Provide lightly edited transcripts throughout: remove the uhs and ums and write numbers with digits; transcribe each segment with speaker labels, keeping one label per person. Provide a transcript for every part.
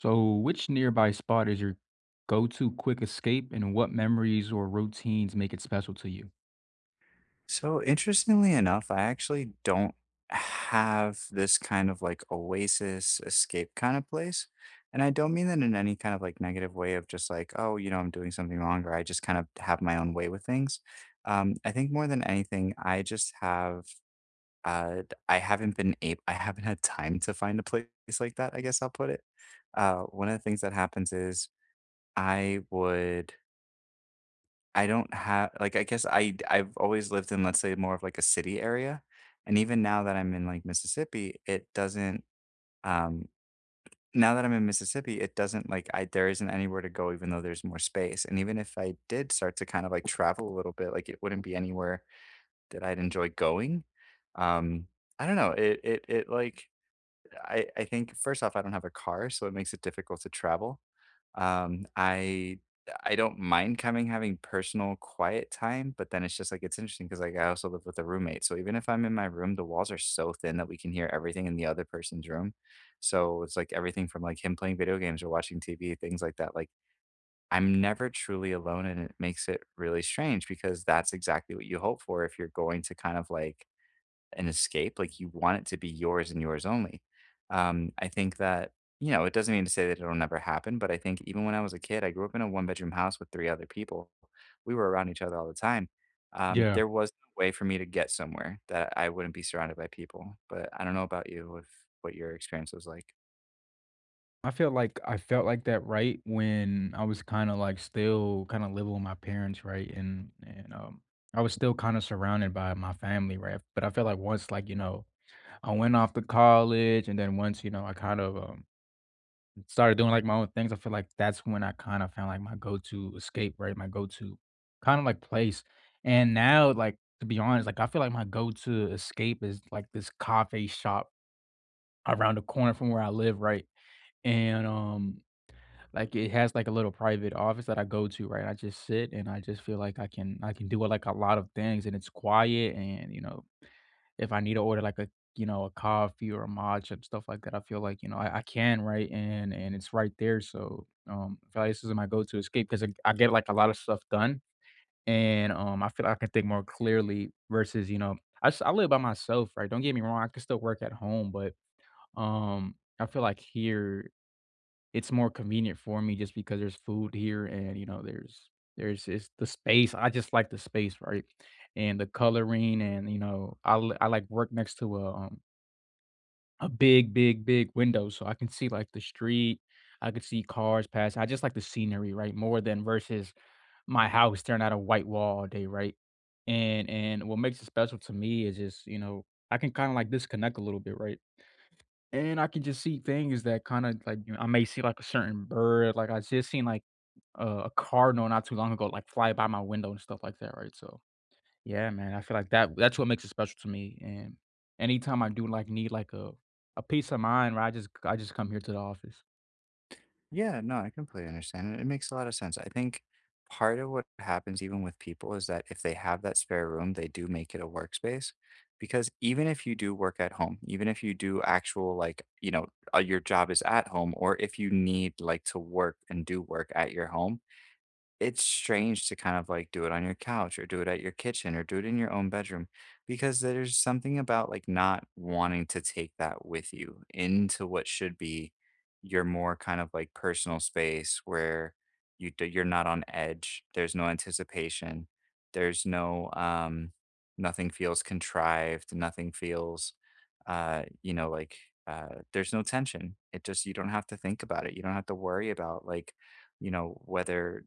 Speaker 1: So, which nearby spot is your go to quick escape, and what memories or routines make it special to you?
Speaker 2: So interestingly enough, I actually don't have this kind of like oasis escape kind of place. And I don't mean that in any kind of like negative way of just like, oh, you know, I'm doing something wrong or I just kind of have my own way with things. I think more than anything, I just have, uh, I haven't had time to find a place like that, I guess I'll put it. One of the things that happens is I would I don't have like, I guess I've always lived in, let's say, more of like a city area, and even now that I'm in like Mississippi, it doesn't, um now that I'm in Mississippi, it doesn't like I there isn't anywhere to go even though there's more space, and even if I did start to kind of like travel a little bit, like it wouldn't be anywhere that I'd enjoy going. Um, I don't know, it like I think first off, I don't have a car, so it makes it difficult to travel. Um, I I don't mind coming having personal quiet time, but then it's just like it's interesting because like I also live with a roommate. So even if I'm in my room, the walls are so thin that we can hear everything in the other person's room. So it's like everything from like him playing video games or watching TV, things like that. Like I'm never truly alone and it makes it really strange because that's exactly what you hope for if you're going to kind of like an escape. Like you want it to be yours and yours only. I think that, it doesn't mean to say that it'll never happen, but I think even when I was a kid, I grew up in a one bedroom house with 3 other people. We were around each other all the time.
Speaker 1: Yeah,
Speaker 2: There was no way for me to get somewhere that I wouldn't be surrounded by people. But I don't know about you, if what your experience was like.
Speaker 1: I feel like I felt like that right when I was kind of like still kind of living with my parents, right? And I was still kind of surrounded by my family, right? But I felt like once, like, you know, I went off to college, and then once, you know, I started doing, like, my own things. I feel like that's when I kinda found, like, my go-to escape, right? My go-to kinda, like, place. And now, like, to be honest, like, I feel like my go-to escape is, like, this coffee shop around the corner from where I live, right? And, like, it has, like, a little private office that I go to, right? I just sit, and I just feel like I can do, like, a lot of things, and it's quiet and, you know, if I need to order like a, you know, a coffee or a matcha and stuff like that, I feel like, you know, I can, right? And it's right there. So, I feel like this is my go-to escape escape because I get, like, a lot of stuff done, and, I feel like I can think more clearly versus, you know, I live by myself, right? Don't get me wrong, I can still work at home, but, I feel like here it's more convenient for me just because there's food here, and, you know, there's it's the space. I just like the space, right? And the coloring, and, you know, I, like, work next to a big, big, big window, so I can see, like, the street. I could see cars pass. I just like the scenery, right, more than versus my house staring at a white wall all day, right? And what makes it special to me is just, you know, I can kinda, like, disconnect a little bit, right? And I can just see things that kinda, like, you know, I may see, like, a certain bird, like, I just seen, like, a cardinal not too long ago, like, fly by my window and stuff like that, right? So, yeah, man, I feel like that's what makes it special to me, and anytime I do, like, need, like, a peace of mind, right, I just come here to the office.
Speaker 2: Yeah, no, I completely understand. It makes a lot of sense. I think part of what happens even with people is that if they have that spare room, they do make it a workspace. Because even if you do work at home, even if you do actual, like, your job is at home, or if you need like to work and do work at your home, it's strange to kind of, like, do it on your couch or do it at your kitchen or do it in your own bedroom because there's something about, like, not wanting to take that with you into what should be your more kind of, like, personal space where you're not on edge. There's no anticipation. There's no, nothing feels contrived. Nothing feels, uh, you know, like, there's no tension. It just you don't have to think about it. You don't have to worry about, like, whether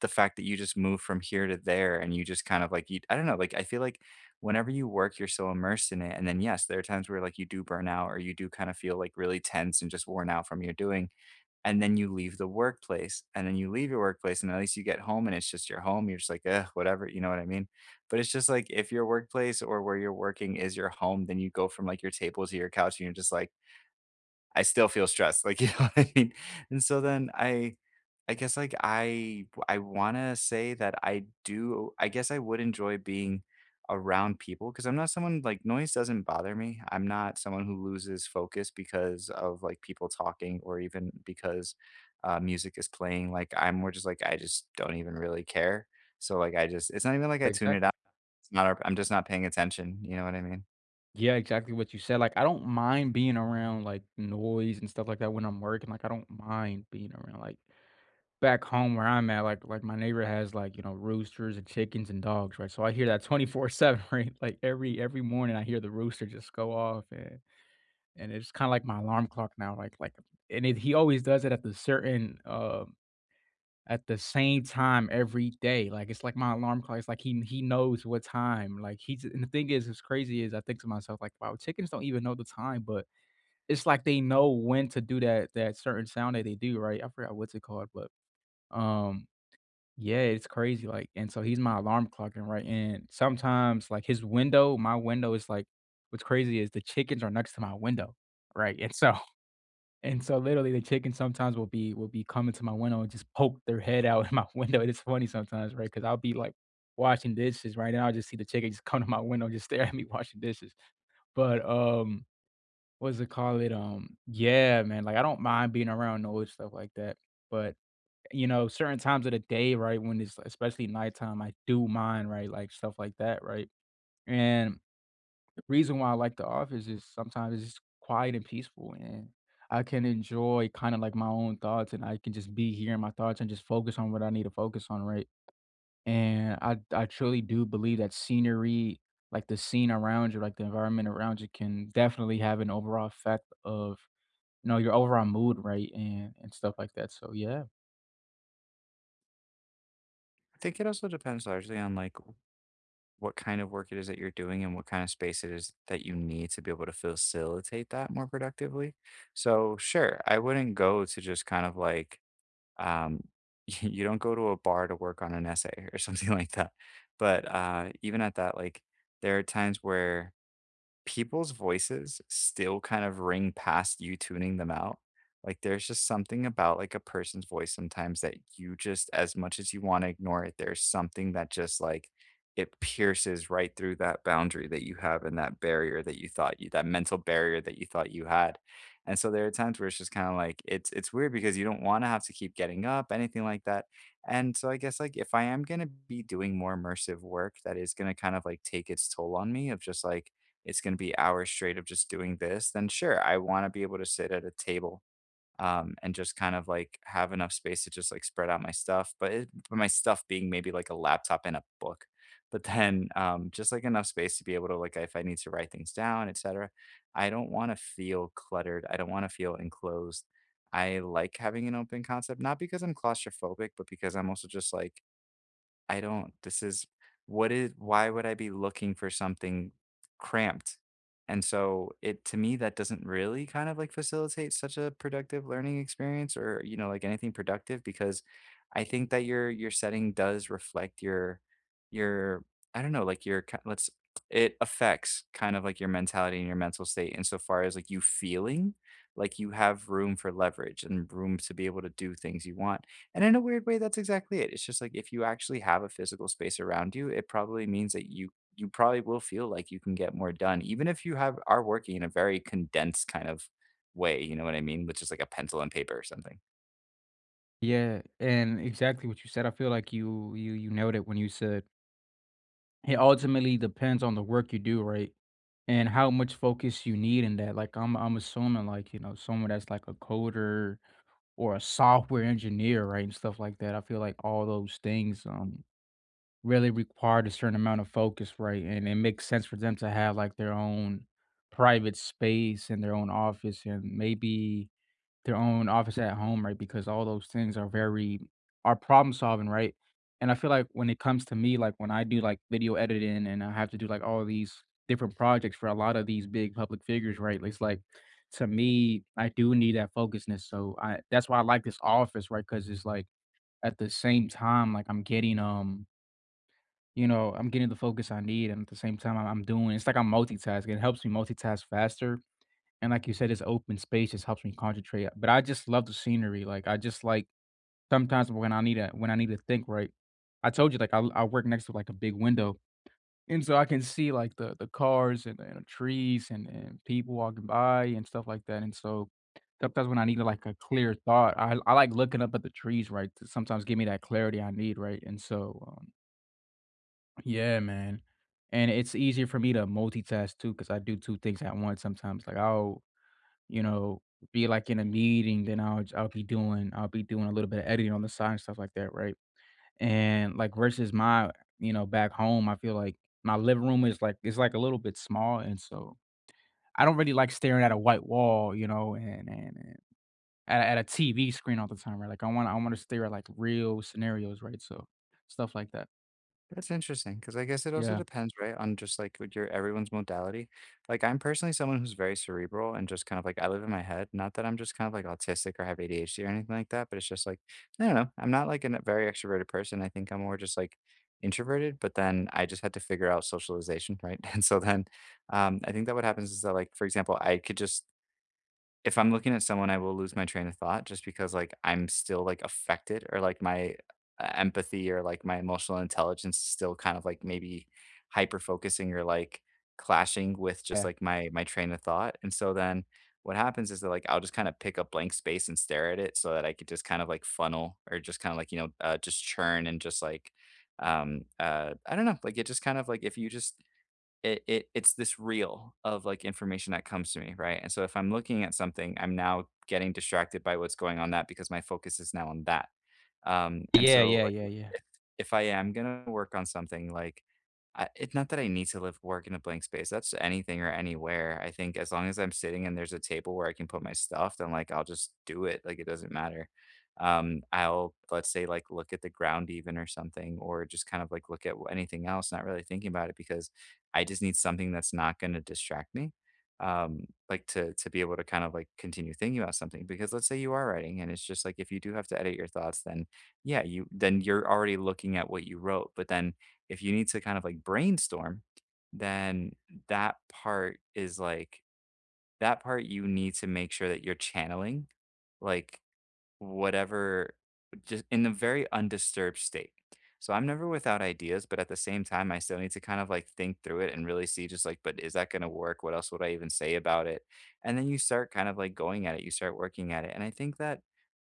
Speaker 2: the fact that you just move from here to there and you just kind of like you I don't know, like I feel like whenever you work, you're so immersed in it. And then yes, there are times where like you do burn out or you do kind of feel like really tense and just worn out from your doing. And then you leave your workplace and at least you get home and it's just your home. You're just like, eh, whatever, you know what I mean? But it's just like if your workplace or where you're working is your home, then you go from like your table to your couch and you're just like I still feel stressed. Like, you know what I mean? And so then I guess, like, I wanna say that I guess I would enjoy being around people because 'cause I'm not someone like, noise doesn't bother me. I'm not someone who loses focus because of, like, people talking or even because, music is playing. Like, I'm more just like, I just don't even really care. So, like, I just it's not even like I tune it out.
Speaker 1: Exactly.
Speaker 2: It's not our, I'm just not paying attention. You know what I mean?
Speaker 1: Yeah, exactly what you said, like, I don't mind being around, like, noise and stuff like that when I'm working. Like, I don't mind being around, like, back home where I'm at, like my neighbor has, like, you know, roosters and chickens and dogs, right? So I hear that 24/7, right? Like every morning I hear the rooster just go off, and it's kind of like my alarm clock now, like, and it, he always does it at the certain at the same time every day. Like, it's like my alarm clock. It's like he knows what time. Like, he's and the thing is, as crazy is I think to myself, like, wow, chickens don't even know the time, but it's like they know when to do that certain sound that they do, right? I forgot what's it called, but um yeah, it's crazy, like, and so he's my alarm clock and right, and sometimes, like, his window my window is, like, what's crazy is the chickens are next to my window, right? And so and so literally the chickens sometimes will be coming to my window and just poke their head out in my window. It's funny sometimes, right? Because 'Cause I'll be, like, washing dishes, right, and I'll just see the chicken just come to my window and just stare at me washing dishes. But, what's it call it? Yeah, man, like, I don't mind being around noise, stuff like that, but, you know, certain times of the day, right, when it's especially nighttime, I do mine, right, like, stuff like that, right? And the reason why I like the office is sometimes it's just quiet and peaceful, and I can enjoy kinda, like, my own thoughts, and I can just be here in my thoughts and just focus on what I need to focus on, right? And I truly do believe that scenery, like, the scene around you, like, the environment around you can definitely have an overall effect of, you know, your overall mood, right, and stuff like that, so, yeah.
Speaker 2: I think it also depends largely on, like what kind of work it is that you're doing and what kind of space it is that you need to be able to facilitate that more productively. So, sure, I wouldn't go to just kind of like, um, you don't go to a bar to work on an essay or something like that. But even at that, like, there are times where people's voices still kind of ring past you tuning them out. Like, there's just something about, like, a person's voice sometimes that you just as much as you wanna ignore it, there's something that just, like, it pierces right through that boundary that you have and that barrier that mental barrier that you thought you had. And so there are times where it's just kinda like it's weird because you don't wanna have to keep getting up, anything like that. And so I guess, like, if I am gonna be doing more immersive work that is gonna kind of, like, take its toll on me of just, like, it's gonna be hours straight of just doing this, then sure, I wanna be able to sit at a table, and just kind of, like, have enough space to just, like, spread out my stuff, but it but my stuff being maybe, like, a laptop and a book. But then, just, like, enough space to be able to, like, if I need to write things down, etcetera. I don't wanna feel cluttered, I don't wanna feel enclosed. I like having an open concept, not because I'm claustrophobic, but because I'm also just, like I don't. This is what is why would I be looking for something cramped? And so it to me that doesn't really kind of like facilitate such a productive learning experience or you know like anything productive because I think that your setting does reflect your I don't know like let's it affects kind of like your mentality and your mental state insofar as like you feeling like you have room for leverage and room to be able to do things you want and in a weird way, that's exactly it. It's just like if you actually have a physical space around you, it probably means that you probably will feel like you can get more done, even if you have are working in a very condensed kind of way. You know what I mean? With just like a pencil and paper or something.
Speaker 1: Yeah, and exactly what you said. I feel like you nailed it when you said it ultimately depends on the work you do, right? And how much focus you need in that. Like, I'm assuming, like, you know, someone that's like a coder or a software engineer, right? And stuff like that. I feel like all those things really required a certain amount of focus, right? And it makes sense for them to have like their own private space and their own office, and maybe their own office at home, right? Because all those things are very are problem solving, right? And I feel like when it comes to me, like when I do like video editing and I have to do like all these different projects for a lot of these big public figures, right? It's like, to me, I do need that focusedness. So I that's why I like this office, right? Because it's like at the same time, like I'm getting you know, I'm getting the focus I need, and at the same time, I'm doing. It's like I'm multitasking. It helps me multitask faster, and like you said, it's open space just helps me concentrate, but I just love the scenery, like, I just, like, sometimes when I need a when I need to think, right? I told you, like, I work next to, like, a big window, and so I can see, like, the cars and the trees and people walking by and stuff like that, and so sometimes when I need, like, a clear thought, I like looking up at the trees, right, to sometimes give me that clarity I need, right? And so, yeah, man, and it's easier for me to multitask too because I do 2 things at once sometimes, like, I'll, you know, be like in a meeting, then I'll be doing a little bit of editing on the side and stuff like that, right? And, like, versus my, you know, back home, I feel like my living room is, like, a little bit small, and so I don't really like staring at a white wall, you know, and at a TV screen all the time, right? Like, I wanna stare at, like, real scenarios, right? So, stuff like that.
Speaker 2: That's interesting because I guess it also
Speaker 1: Yeah.
Speaker 2: depends, right, on just like with your everyone's modality. Like I'm personally someone who's very cerebral and just kind of like I live in my head. Not that I'm just kind of like autistic or have ADHD or anything like that, but it's just like I don't know. I'm not like a very extroverted person. I think I'm more just like introverted. But then I just had to figure out socialization, right? And so then I think that what happens is that like for example, I could just if I'm looking at someone, I will lose my train of thought just because, like, I'm still, like, affected or, like, my e empathy or, like, my emotional intelligence is still kind of, like, maybe hyper focusing or, like, clashing with just,
Speaker 1: Yeah.
Speaker 2: like, my train of thought, and so then what happens is that, like, I'll just kinda pick a blank space and stare at it so that I could just kind of, like, funnel or just kinda, like, just churn and just, like, I don't know, like, it just kind of, like, if you just it's this reel of, like, information that comes to me, right? And so if I'm looking at something, I'm now getting distracted by what's going on that because my focus is now on that. And
Speaker 1: Yeah,
Speaker 2: so,
Speaker 1: yeah, yeah,
Speaker 2: like,
Speaker 1: yeah.
Speaker 2: if I am gonna work on something, like, I it's not that I need to live work in a blank space, that's anything or anywhere. I think as long as I'm sitting and there's a table where I can put my stuff, then, like, I'll just do it, like, it doesn't matter. I'll, let's say, like, look at the ground even or something, or just kind of, like, look at anything else, not really thinking about it because I just need something that's not gonna distract me, um, like, to be able to kind of, like, continue thinking about something because let's say you are writing and it's just, like, if you do have to edit your thoughts, then yeah, you then you're already looking at what you wrote, but then if you need to kind of, like, brainstorm, then that part is, like that part you need to make sure that you're channeling, like, whatever just in a very undisturbed state. So I'm never without ideas, but at the same time, I still need to kind of, like, think through it and really see just, like, "But is that gonna work? What else would I even say about it?" And then you start kind of, like, going at it, you start working at it, and I think that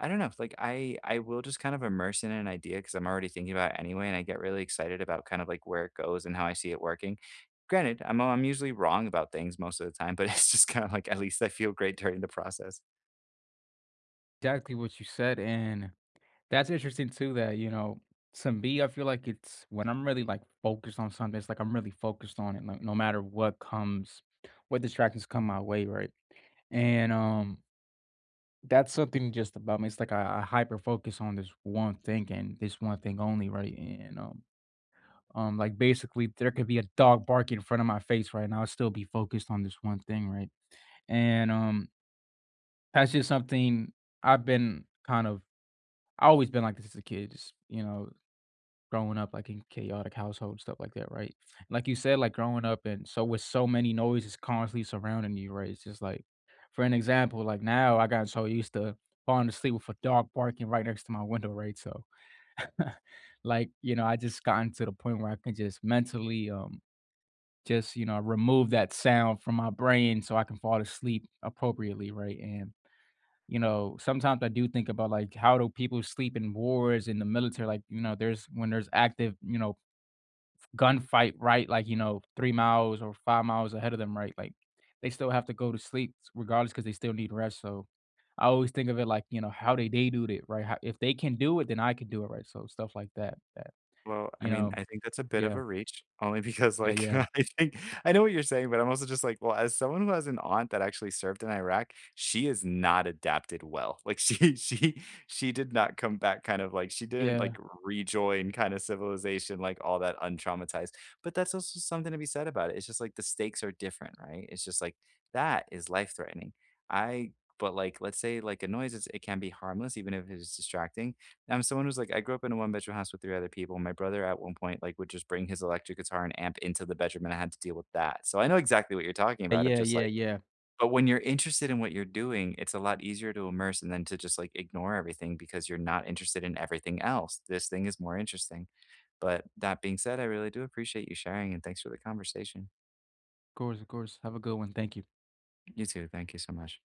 Speaker 2: I don't know. Like I will just kind of immerse in an idea because I'm already thinking about it anyway, and I get really excited about kind of like where it goes and how I see it working. Granted, I'm usually wrong about things most of the time, but it's just kind of like at least I feel great during the process.
Speaker 1: Exactly what you said, and that's interesting too that, you know, to me, I feel like it's when I'm really like focused on something, it's like I'm really focused on it, like no matter what comes, what distractions come my way, right? And that's something just about me. It's like I hyper focus on this one thing and this one thing only, right? And like basically there could be a dog barking in front of my face right now. I'll still be focused on this one thing, right? And that's just something I've been kind of I always been like this as a kid, just you know, growing up like in chaotic household, stuff like that, right? Like you said, like growing up, and so with so many noises constantly surrounding you, right? It's just like, for an example, like now I got so used to falling asleep with a dog barking right next to my window, right? So like, you know, I just gotten to the point where I can just mentally just, you know, remove that sound from my brain so I can fall asleep appropriately, right? And you know, sometimes I do think about like how do people sleep in wars in the military? Like, you know, there's when there's active, you know, gunfight, right? Like, you know, 3 miles or 5 miles ahead of them, right? Like, they still have to go to sleep regardless, because they still need rest, so I always think of it like, you know, how they do it, right? How if they can do it, then I can do it, right? So stuff like that that,
Speaker 2: Well, I
Speaker 1: you
Speaker 2: mean,
Speaker 1: know.
Speaker 2: I think that's a bit of
Speaker 1: Yeah.
Speaker 2: a reach only because,
Speaker 1: Yeah,
Speaker 2: like,
Speaker 1: yeah.
Speaker 2: I think I know what you're saying, but I'm also just like, well, as someone who has an aunt that actually served in Iraq, she is not adapted well. Like she she did not come back kind of like she didn't like
Speaker 1: Yeah.
Speaker 2: rejoin kind of civilization like all that untraumatized. But that's also something to be said about it. It's just like the stakes are different, right? It's just like that is life threatening. I But like let's say like a noise is it can be harmless even if it is distracting. I'm someone who's like, I grew up in a one-bedroom house with 3 other people. My brother at one point, like, would just bring his electric guitar and amp into the bedroom, and I had to deal with that. So I know exactly what you're talking
Speaker 1: Yeah,
Speaker 2: about of
Speaker 1: yeah,
Speaker 2: just
Speaker 1: yeah,
Speaker 2: like
Speaker 1: yeah.
Speaker 2: but when you're interested in what you're doing, it's a lot easier to immerse and then to just, like, ignore everything because you're not interested in everything else. This thing is more interesting. But that being said, I really do appreciate you sharing, and thanks for the conversation.
Speaker 1: Of course, of course. Have a good one. Thank you.
Speaker 2: You too. Thank you so much.